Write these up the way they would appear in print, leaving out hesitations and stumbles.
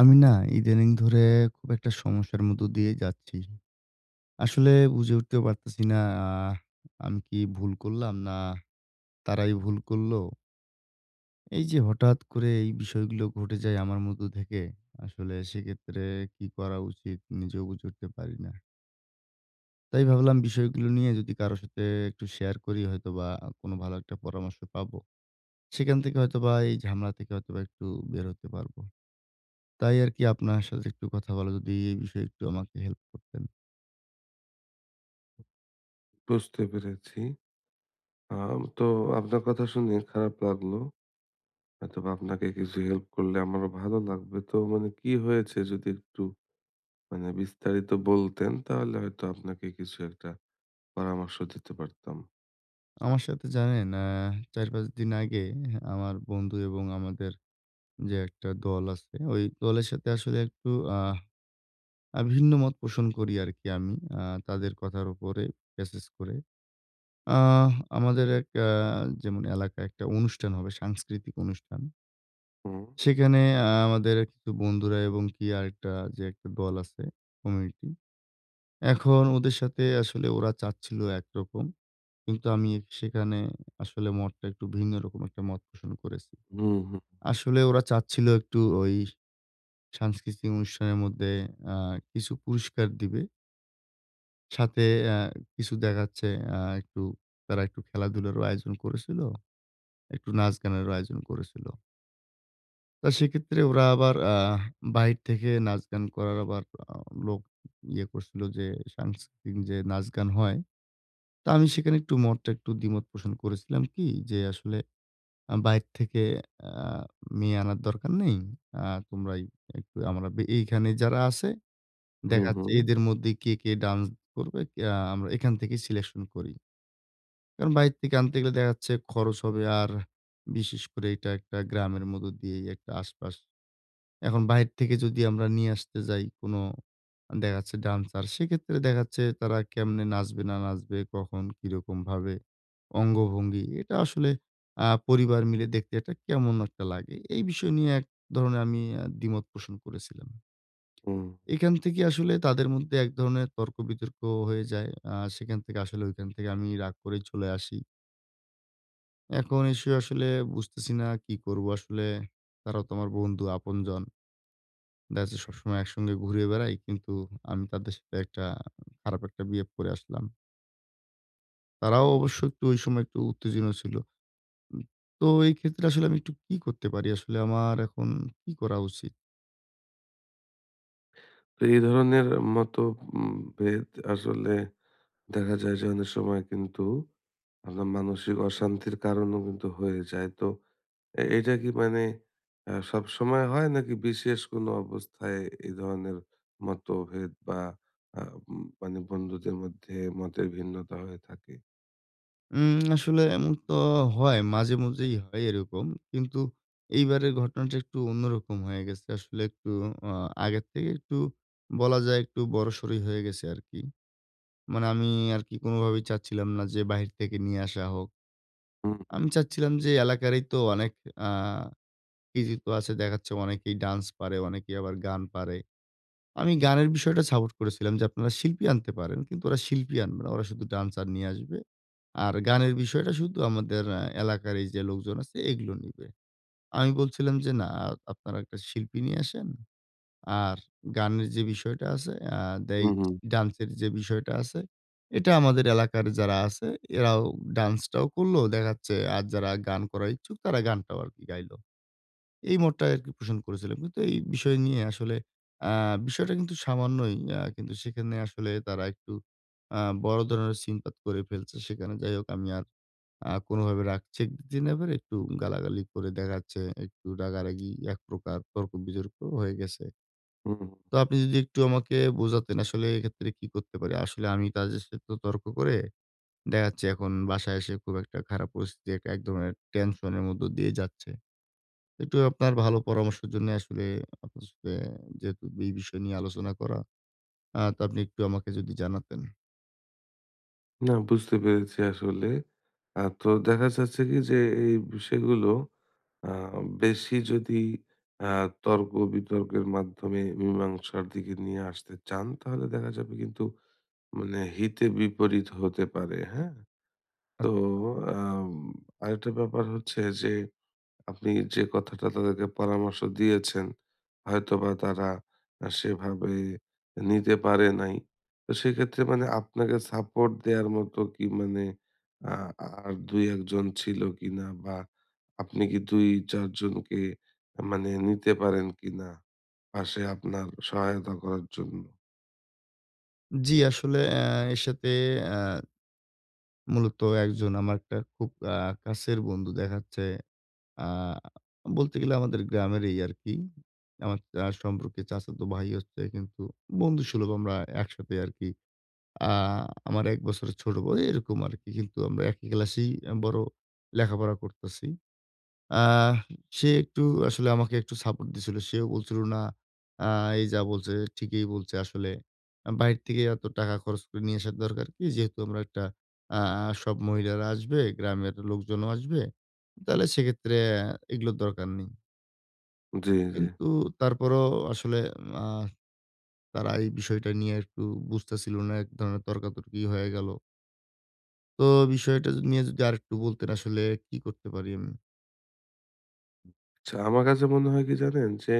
আমি না ইদানিং ধরে খুব একটা সমস্যার মধ্য দিয়ে যাচ্ছি। আসলে বুঝে উঠতে পারতেছি না আহ আমি কি ভুল করলাম? না তারাই ভুল করলো? এই যে হঠাৎ করে এই বিষয়গুলো ঘটে যায় আমার মধ্য থেকে, আসলে সেক্ষেত্রে কি করা উচিত নিজেও বুঝে উঠতে পারি না। তাই ভাবলাম বিষয়গুলো নিয়ে যদি কারো সাথে একটু শেয়ার করি হয়তোবা কোনো ভালো একটা পরামর্শ পাবো। সেখান থেকে হয়তোবা এই ঝামেলা থেকে হয়তোবা একটু বের হতে পারবো। তাই আরকি আপনার সাথে একটু কথা বলা যদি এই বিষয়ে একটু আমাকে হেল্প করতেন। বুঝতে পেরেছি। তো আপনার কথা শুনে খারাপ লাগলো। হয়তোবা আপনাকে কিছু হেল্প করলে আমারও ভালো লাগবে। তো মানে কি হয়েছে যদি একটু মানে বিস্তারিত বলতেন তাহলে হয়তো আপনাকে কিছু একটা পরামর্শ দিতে পারতাম। আমার সাথে জানেন ৪-৫ দিন আগে আমার বন্ধু এবং আমাদের যে একটা দল আছে, ওই দলের সাথে আসলে একটু আহ আ ভিন্ন মত পোষণ করি আরকি আমি। আ তাদের কথার উপরে বেসিস করে। আহ আমাদের এক যেমন এলাকায় একটা অনুষ্ঠান হবে, সাংস্কৃতিক অনুষ্ঠান। হুম, সেখানে আমাদের কিছু বন্ধুরা এবং কি আরেকটা যে একটা দল আছে, কমিউনিটি। এখন ওদের সাথে আসলে ওরা চাচ্ছিল একরকম। কিন্তু আমি সেখানে আসলে মতটা একটু ভিন্ন রকম একটা মত পোষণ করেছি। হুম, হুম, আসলে ওরা চাচ্ছিল একটু ওই সাংস্কৃতিক অনুষ্ঠানের মধ্যে আ কিছু পুরস্কার দিবে। সাথে আ কিছু দেখাচ্ছে একটু তারা একটু খেলাধুলারও আয়োজন করেছিল, একটু নাচ-গানেরও আয়োজন করেছিল। তা সেক্ষেত্রে ওরা আবার বাহির থেকে নাচ-গান করার আবার আ লোক ইয়ে করছিল যে সাংস্কৃতিক যে নাচ-গান হয়। তা আমি সেখানে একটু মতটা একটু দ্বিমত পোষণ করেছিলাম কি যে আসলে বাইরে থেকে আ মেয়ে আনার দরকার নেই। আ তোমরাই একটু আমরা এইখানে যারা আছে হুম, দেখা যাচ্ছে হুম, এদের মধ্যে কে, কে ডান্স করবে আমরা এখান থেকেই সিলেকশন করি। কারণ বাইরে থেকে আনতে গেলে দেখা যাচ্ছে খরচ হবে আর বিশেষ করে এটা একটা গ্রামের মধ্য দিয়েই একটা আশপাশ এখন বাহির থেকে যদি আমরা নিয়ে আসতে যাই কোন দেখা যাচ্ছে ডান্সার, সেক্ষেত্রে দেখা যাচ্ছে তারা কেমনে নাচবে না নাচবে, কখন কিরকমভাবে অঙ্গভঙ্গি, এটা আসলে পরিবার মিলে দেখতে এটা কেমন একটা লাগে। এই বিষয় নিয়ে এক ধরনের আমি দ্বিমত পোষণ করেছিলাম। হুম। এখান থেকে আসলে তাদের মধ্যে এক ধরনের তর্ক-বিতর্ক হয়ে যায়। সেখান থেকে আসলে ঐখান থেকে আমি রাগ করেই চলে আসি। এখন এসে আসলে বুঝতেছি না কি করব আসলে? তারাও তো আমার বন্ধু, আপনজন। দেখা যাচ্ছে সবসময় একসঙ্গে ঘুরে বেড়াই। কিন্তু আমি তাদের সাথে একটা খারাপ একটা বিহেভ করে আসলাম। তারাও অবশ্য একটু ওই সময় একটু উত্তেজিত ছিল। উম তো এই ক্ষেত্রে আসলে আমি একটু কি করতে পারি? আসলে আমার এখন কি করা উচিত? তো এই ধরনের মতো উম ভেদ আসলে দেখা যায় যে অনেক সময় কিন্তু আপনার মানসিক অশান্তির কারণও কিন্তু হয়ে যায়। তো এটা কি মানে সবসময় হয় নাকি বিশেষ কোনো অবস্থায় এই ধরনের মতভেদ বা আ উম মানে বন্ধুদের মধ্যে মতের ভিন্নতা হয়ে থাকে? আসলে এমন তো হয়, মাঝেমধ্যেই হয় এরকম। কিন্তু এইবারের ঘটনাটা একটু অন্যরকম হয়ে গেছে। আসলে একটু আ আগের থেকে একটু বলা যায় একটু বড়সড়ই হয়ে গেছে আরকি। মানে আমি আরকি কোনোভাবেই চাচ্ছিলাম না যে বাহির থেকে নিয়ে আসা হোক। হুম, আমি চাচ্ছিলাম যে এলাকারই তো অনেক আ কৃতি তো আছে। দেখাচ্ছে অনেকেই ডান্স পারে, অনেকেই আবার গান পারে। আমি গানের বিষয়টা সাপোর্ট করেছিলাম যে আপনারা শিল্পী আনতে পারেন। কিন্তু ওরা শিল্পী আনবে না। ওরা শুধু ডান্সার নিয়ে আসবে। আর গানের বিষয়টা শুধু আমাদের এলাকার এই যে লোকজন আছে এগুলো নিবে। আমি বলছিলাম যে, "না, আপনারা একটা শিল্পী নিয়ে আসেন।" আর গানের যে বিষয়টা আছে আ দেই হুম, হুম, ডান্সের যে বিষয়টা আছে, এটা আমাদের এলাকার যারা আছে এরাও ডান্সটাও করলো। দেখা যাচ্ছে আর যারা গান করার ইচ্ছুক তারা গানটাও আরকি গাইলো। এই মোডটা আরকি পোষণ করেছিলাম। কিন্তু এই বিষয় নিয়ে আসলে আ বিষয়টা কিন্তু সামান্যই কিন্তু সেখানে আসলে তারা একটু আ বড় ধরনের সিনপাত করে ফেলছে। সেখানে যাই হোক আমি আর কোনোভাবে রাগ চেক দিতে না পেরে একটু গালাগালি করে দেখা যাচ্ছে একটু রাগারাগি একপ্রকার তর্ক-বিতর্ক হয়ে গেছে। হুম, হুম। তো আপনি যদি একটু আমাকে বোঝাতেন আসলে এক্ষেত্রে কি করতে পারি? আসলে আমি তাদের সাথে তো তর্ক করে দেখা যাচ্ছে এখন বাসায় এসে খুব একটা খারাপ পরিস্থিতি একটা এক ধরনের টেনশন এর মধ্য দিয়ে যাচ্ছে। একটু আপনার ভালো পরামর্শের জন্য আসলে আপনার সাথে যেহেতু এই বিষয় নিয়ে আলোচনা করা, তো আপনি একটু আমাকে যদি জানাতেন। না বুঝতে পেরেছি আসলে। তো দেখা যাচ্ছে কি যে এই বিষয়গুলো আ বেশি যদি আ তর্ক-বিতর্কের মাধ্যমে মীমাংসার দিকে নিয়ে আসতে চান তাহলে দেখা যাবে কিন্তু মানে হিতে বিপরীত হতে পারে, হ্যাঁ? আ তো আম আরেকটা ব্যাপার হচ্ছে যে, আপনি যে কথাটা তাদেরকে পরামর্শ দিয়েছেন, হয়তোবা তারা সেভাবে নিতে পারে নাই। তো সেক্ষেত্রে মানে আপনাকে সাপোর্ট দেয়ার মতো কি মানে আ আর ২, ১ জন ছিল কিনা? বা আপনি কি ২, ৪ জনকে মানে নিতে পারেন কিনা? পাশে আপনার সহায়তা করার জন্য? জি, আসলে এর সাথে অ্যা মূলত একজন আমার একটা খুব কাছের বন্ধু দেখাচ্ছে আ বলতে গেলে আমাদের গ্রামেরই আরকি। আমার সম্পর্কে চাচাতো ভাই হচ্ছে কিন্তু বন্ধুসুলভ আমরা একসাথে আরকি। আ আমার ১ বছরের ছোট বউ এরকম আরকি। কিন্তু আমরা একই ক্লাসেই আ বড় লেখাপড়া করতেছি। আহ সে একটু আসলে আমাকে একটু সাপোর্ট দিছিল। সেও বলছিল, "না, আ এই যা বলছে ঠিকই বলছে আসলে। বাহির থেকে এত টাকা খরচ করে নিয়ে আসার দরকার কি? যেহেতু আমরা একটা আ আ সব মহিলারা আসবে, গ্রামের লোকজনও আসবে। তাহলে সেক্ষেত্রে এগুলোর দরকার নেই।" জি, জি। কিন্তু তারপরও আসলে আ তারা এই বিষয়টা নিয়ে একটু বুঝতেছিল না। এক ধরনের তর্কাতর্কি হয়ে গেল। তো বিষয়টা নিয়ে যদি আরেকটু বলতেন আসলে কি করতে পারি আমি? আচ্ছা, আমার কাছে মনে হয় কি জানেন? যে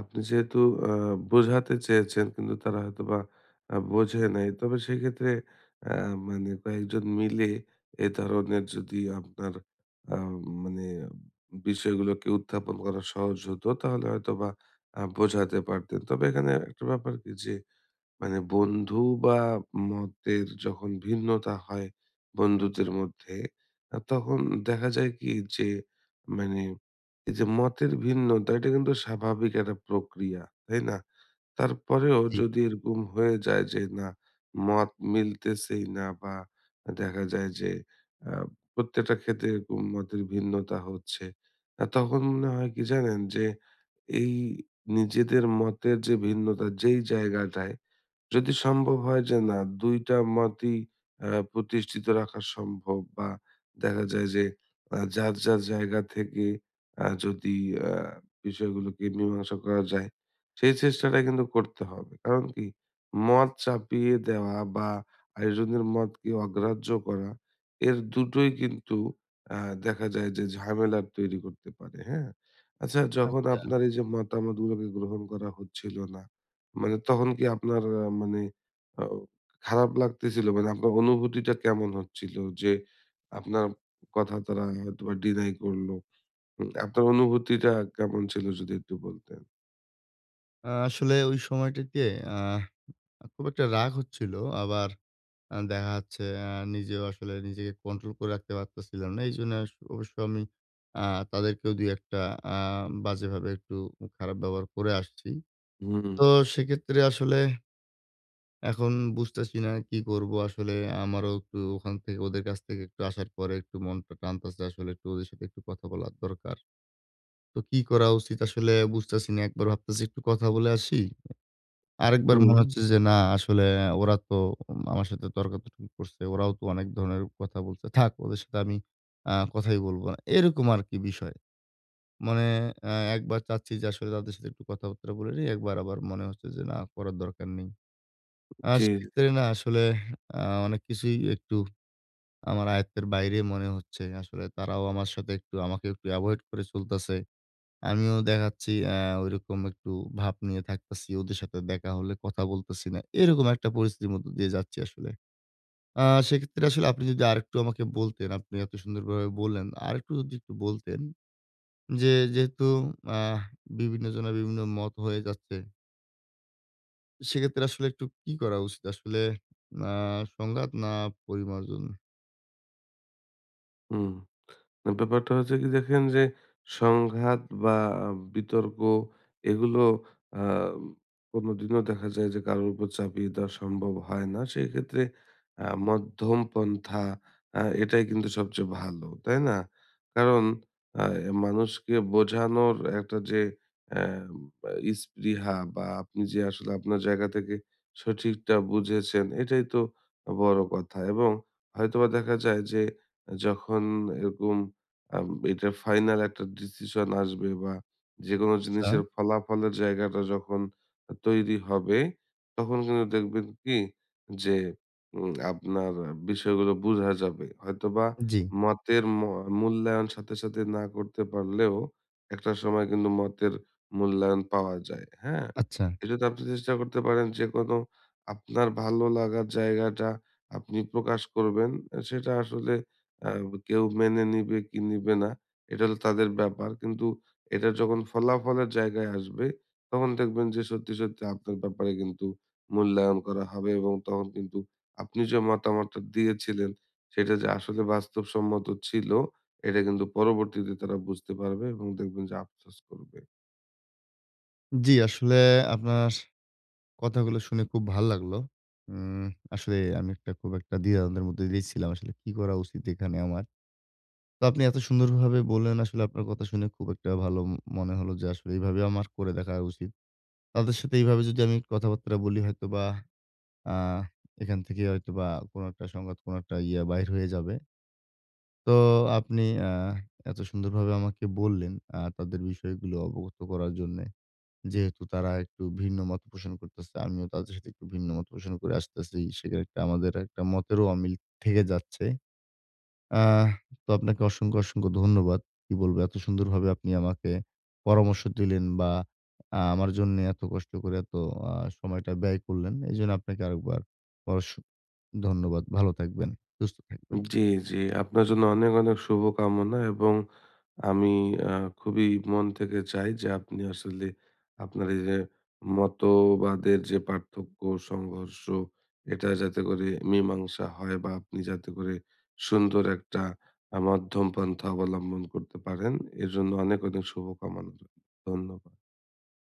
আপনি যেহেতু আ বোঝাতে চেয়েছেন কিন্তু তারা হয়তোবা বোঝে নাই। তবে সেক্ষেত্রে আ মানে কয়েকজন মিলে এ ধরনের যদি আপনার আ মানে বিষয়গুলোকে উত্থাপন করা সহজ হতো তাহলে হয়তোবা বোঝাতে পারতেন। তবে এখানে একটা ব্যাপার কি যে মানে বন্ধু বা মতের যখন ভিন্নতা হয় বন্ধুদের আচ্ছা, মধ্যে তখন দেখা যায় কি যে মানে এই যে মতের ভিন্নতা এটা কিন্তু স্বাভাবিক একটা প্রক্রিয়া তাই না, তারপরেও জি। যদি এরকম হয়ে যায় যে না মত মিলতেছেই না বা দেখা যায় যে আহ, প্রত্যেকটা ক্ষেত্রে এরকম মতের ভিন্নতা হচ্ছে, তখন মনে হয় কি জানেন যে এই নিজেদের মতের যে ভিন্নতা যেই জায়গাটায় যদি সম্ভব হয় যে না ২ টা মতই প্রতিষ্ঠিত রাখা সম্ভব বা দেখা যায় যে যার, যার জায়গা থেকে যদি আ বিষয়গুলোকে মীমাংসা করা যায়, সেই চেষ্টাটা কিন্তু করতে হবে। কারণ কি? মত চাপিয়ে দেওয়া বা আরেকজনের মতকে অগ্রাহ্য করা, এর দুটোই কিন্তু আ দেখা যায় যে ঝামেলার তৈরি করতে পারে। হ্যাঁ? আচ্ছা যখন আচ্ছা। আপনার এই যে মতামতগুলোকে গ্রহণ করা হচ্ছিল না মানে তখন কি আপনার মানে আ খারাপ লাগতেছিল? মানে আপনার অনুভূতিটা কেমন হচ্ছিল? যে আপনার কথা তারা হয়তোবা ডিনাই করলো। হুম, আপনার অনুভূতিটা কেমন ছিল যদি একটু বলতেন? আসলে ওই সময়টিতে আহ খুব একটা রাগ হচ্ছিল। আবার দেখা যাচ্ছে নিজেও আসলে নিজেকে কন্ট্রোল করে রাখতে পারতেছিলাম না। এইজন্য অবশ্য আমি আ তাদেরকেও ২-১ টা আ বাজেভাবে একটু খারাপ ব্যবহার করে আসছি। হুম, তো সেক্ষেত্রে আসলে এখন বুঝতেছি না কি করব? আসলে আমারও একটু ওখান থেকে ওদের কাছ থেকে একটু আসার পরে একটু মনটা টানতেছে আসলে একটু ওদের সাথে একটু কথা বলার দরকার। তো কি করা উচিত আসলে বুঝতেছি না। একবার ভাবতেছি একটু কথা বলে আসি। আরেকবার হুম, মনে হচ্ছে যে না আসলে ওরা তো আমার সাথে তর্কাতর্কি করছে। ওরাও তো অনেক ধরনের কথা বলছে। থাক ওদের সাথে আমি কথাই বলব না। এরকম আরকি বিষয়। মানে আ একবার চাচ্ছি যে আসলে তাদের সাথে একটু কথাবার্তা বলে নিই। একবার আবার মনে হচ্ছে যে না করার দরকার নেই। জি। সেক্ষেত্রে না আসলে আ অনেক কিছুই একটু আমার আয়ত্তের বাইরে মনে হচ্ছে। আসলে তারাও আমার সাথে একটু আমাকে একটু এভয়েড করে চলতেছে। আমিও দেখাচ্ছি ঐরকম একটু ভাব নিয়ে থাকতেছি। ওদের সাথে দেখা হলে কথা বলতেছি না। এরকম একটা পরিস্থিতির মধ্য দিয়ে যাচ্ছি আসলে। আ সেক্ষেত্রে আসলে আপনি যদি আরেকটু আমাকে বলতেন, আপনি এত সুন্দরভাবে বললেন। আরেকটু যদি একটু বলতেন যে, যেহেতু আহ বিভিন্ন জনের বিভিন্ন মত হয়ে যাচ্ছে, সেক্ষেত্রে আসলে একটু কি করা উচিত? আসলে আ সংঘাত না পরিমার্জন? হুম। না ব্যাপারটা হচ্ছে কি দেখেন যে সংঘাত বা বিতর্ক এগুলো আ কোনদিনও দেখা যায় যে কারোর উপর চাপিয়ে দেওয়া সম্ভব হয় না। সেক্ষেত্রে মধ্যম পন্থা এটাই কিন্তু সবচেয়ে ভালো। তাই না? কারণ আ মানুষকে বোঝানোর একটা যে অ্যা স্পৃহা বা আপনি যে আসলে আপনার জায়গা থেকে সঠিকটা বুঝেছেন এটাই তো বড় কথা। এবং হয়তোবা দেখা যায় যে যখন এরকম আম এটা ফাইনাল একটা ডিসিশন আসবে বা যেকোনো আচ্ছা। জিনিসের ফলাফলের জায়গাটা যখন তৈরি হবে, তখন কিন্তু দেখবেন কি যে আপনার বিষয়গুলো বুঝা যাবে। হয়তোবা জি, মতের মূল্যায়ন সাথে, সাথে না করতে পারলেও একটা সময় কিন্তু মতের মূল্যায়ন পাওয়া যায়। হ্যাঁ? আচ্ছা। এজন্য আপনি চেষ্টা করতে পারেন যেকোনো আপনার ভালো লাগার জায়গাটা আপনি প্রকাশ করবেন। সেটা আসলে আ কেউ মেনে নিবে কি নিবে না, এটা হলো তাদের ব্যাপার। কিন্তু এটা যখন ফলাফলের জায়গায় আসবে, তখন দেখবেন যে সত্যি, সত্যি আপনার ব্যাপারে কিন্তু মূল্যায়ন করা হবে এবং তখন কিন্তু আপনি যে মতামতটা দিয়েছিলেন, সেটা যে আসলে বাস্তবসম্মত ছিল, এটা কিন্তু পরবর্তীতে তারা বুঝতে পারবে এবং দেখবেন যে আফসোস করবে। জি, আসলে আপনার কথাগুলো শুনে খুব ভাল লাগলো। উম আসলে আমি একটা খুব একটা দ্বিধাদ্বন্দ্বের মধ্যে দিয়েই ছিলাম। আসলে কি করা উচিত এখানে আমার? তো আপনি এত সুন্দরভাবে বললেন আসলে আপনার কথা শুনে খুব একটা ভালো মনে হলো যে আসলে এইভাবে আমার করে দেখা উচিত। তাদের সাথে এইভাবে যদি আমি কথাবার্তা বলি হয়তোবা আ এখান থেকে হয়তোবা কোনো একটা সংঘাত, কোনো একটা ইয়া বাহির হয়ে যাবে। তো আপনি আ এত সুন্দরভাবে আমাকে বললেন তাদের বিষয়গুলো অবগত করার জন্যে। যেহেতু তারা একটু ভিন্ন মত পোষণ করতেছে, আমিও তাদের সাথে একটু ভিন্ন মত পোষণ করে আসতেছি। সেখানে একটা আমাদের একটা মতেরও অমিল থেকে যাচ্ছে। আহ তো আপনাকে অসংখ্য, অসংখ্য ধন্যবাদ। কি বলবো এত সুন্দরভাবে আপনি আমাকে পরামর্শ দিলেন বা আমার জন্যে এত কষ্ট করে এত আ সময়টা ব্যয় করলেন। এজন্য আপনাকে আরেকবার অস ধন্যবাদ। ভালো থাকবেন, সুস্থ থাকবেন। জি, জি। আপনার জন্য অনেক, অনেক শুভকামনা এবং আমি আ খুবই মন থেকে চাই যে আপনি আসলে আপনার এই যে মতবাদের যে পার্থক্য, সংঘর্ষ এটা যাতে করে মীমাংসা হয় বা আপনি যাতে করে সুন্দর একটা মধ্যম পন্থা অবলম্বন করতে পারেন। এজন্য অনেক, অনেক শুভকামনা রইলো। ধন্যবাদ।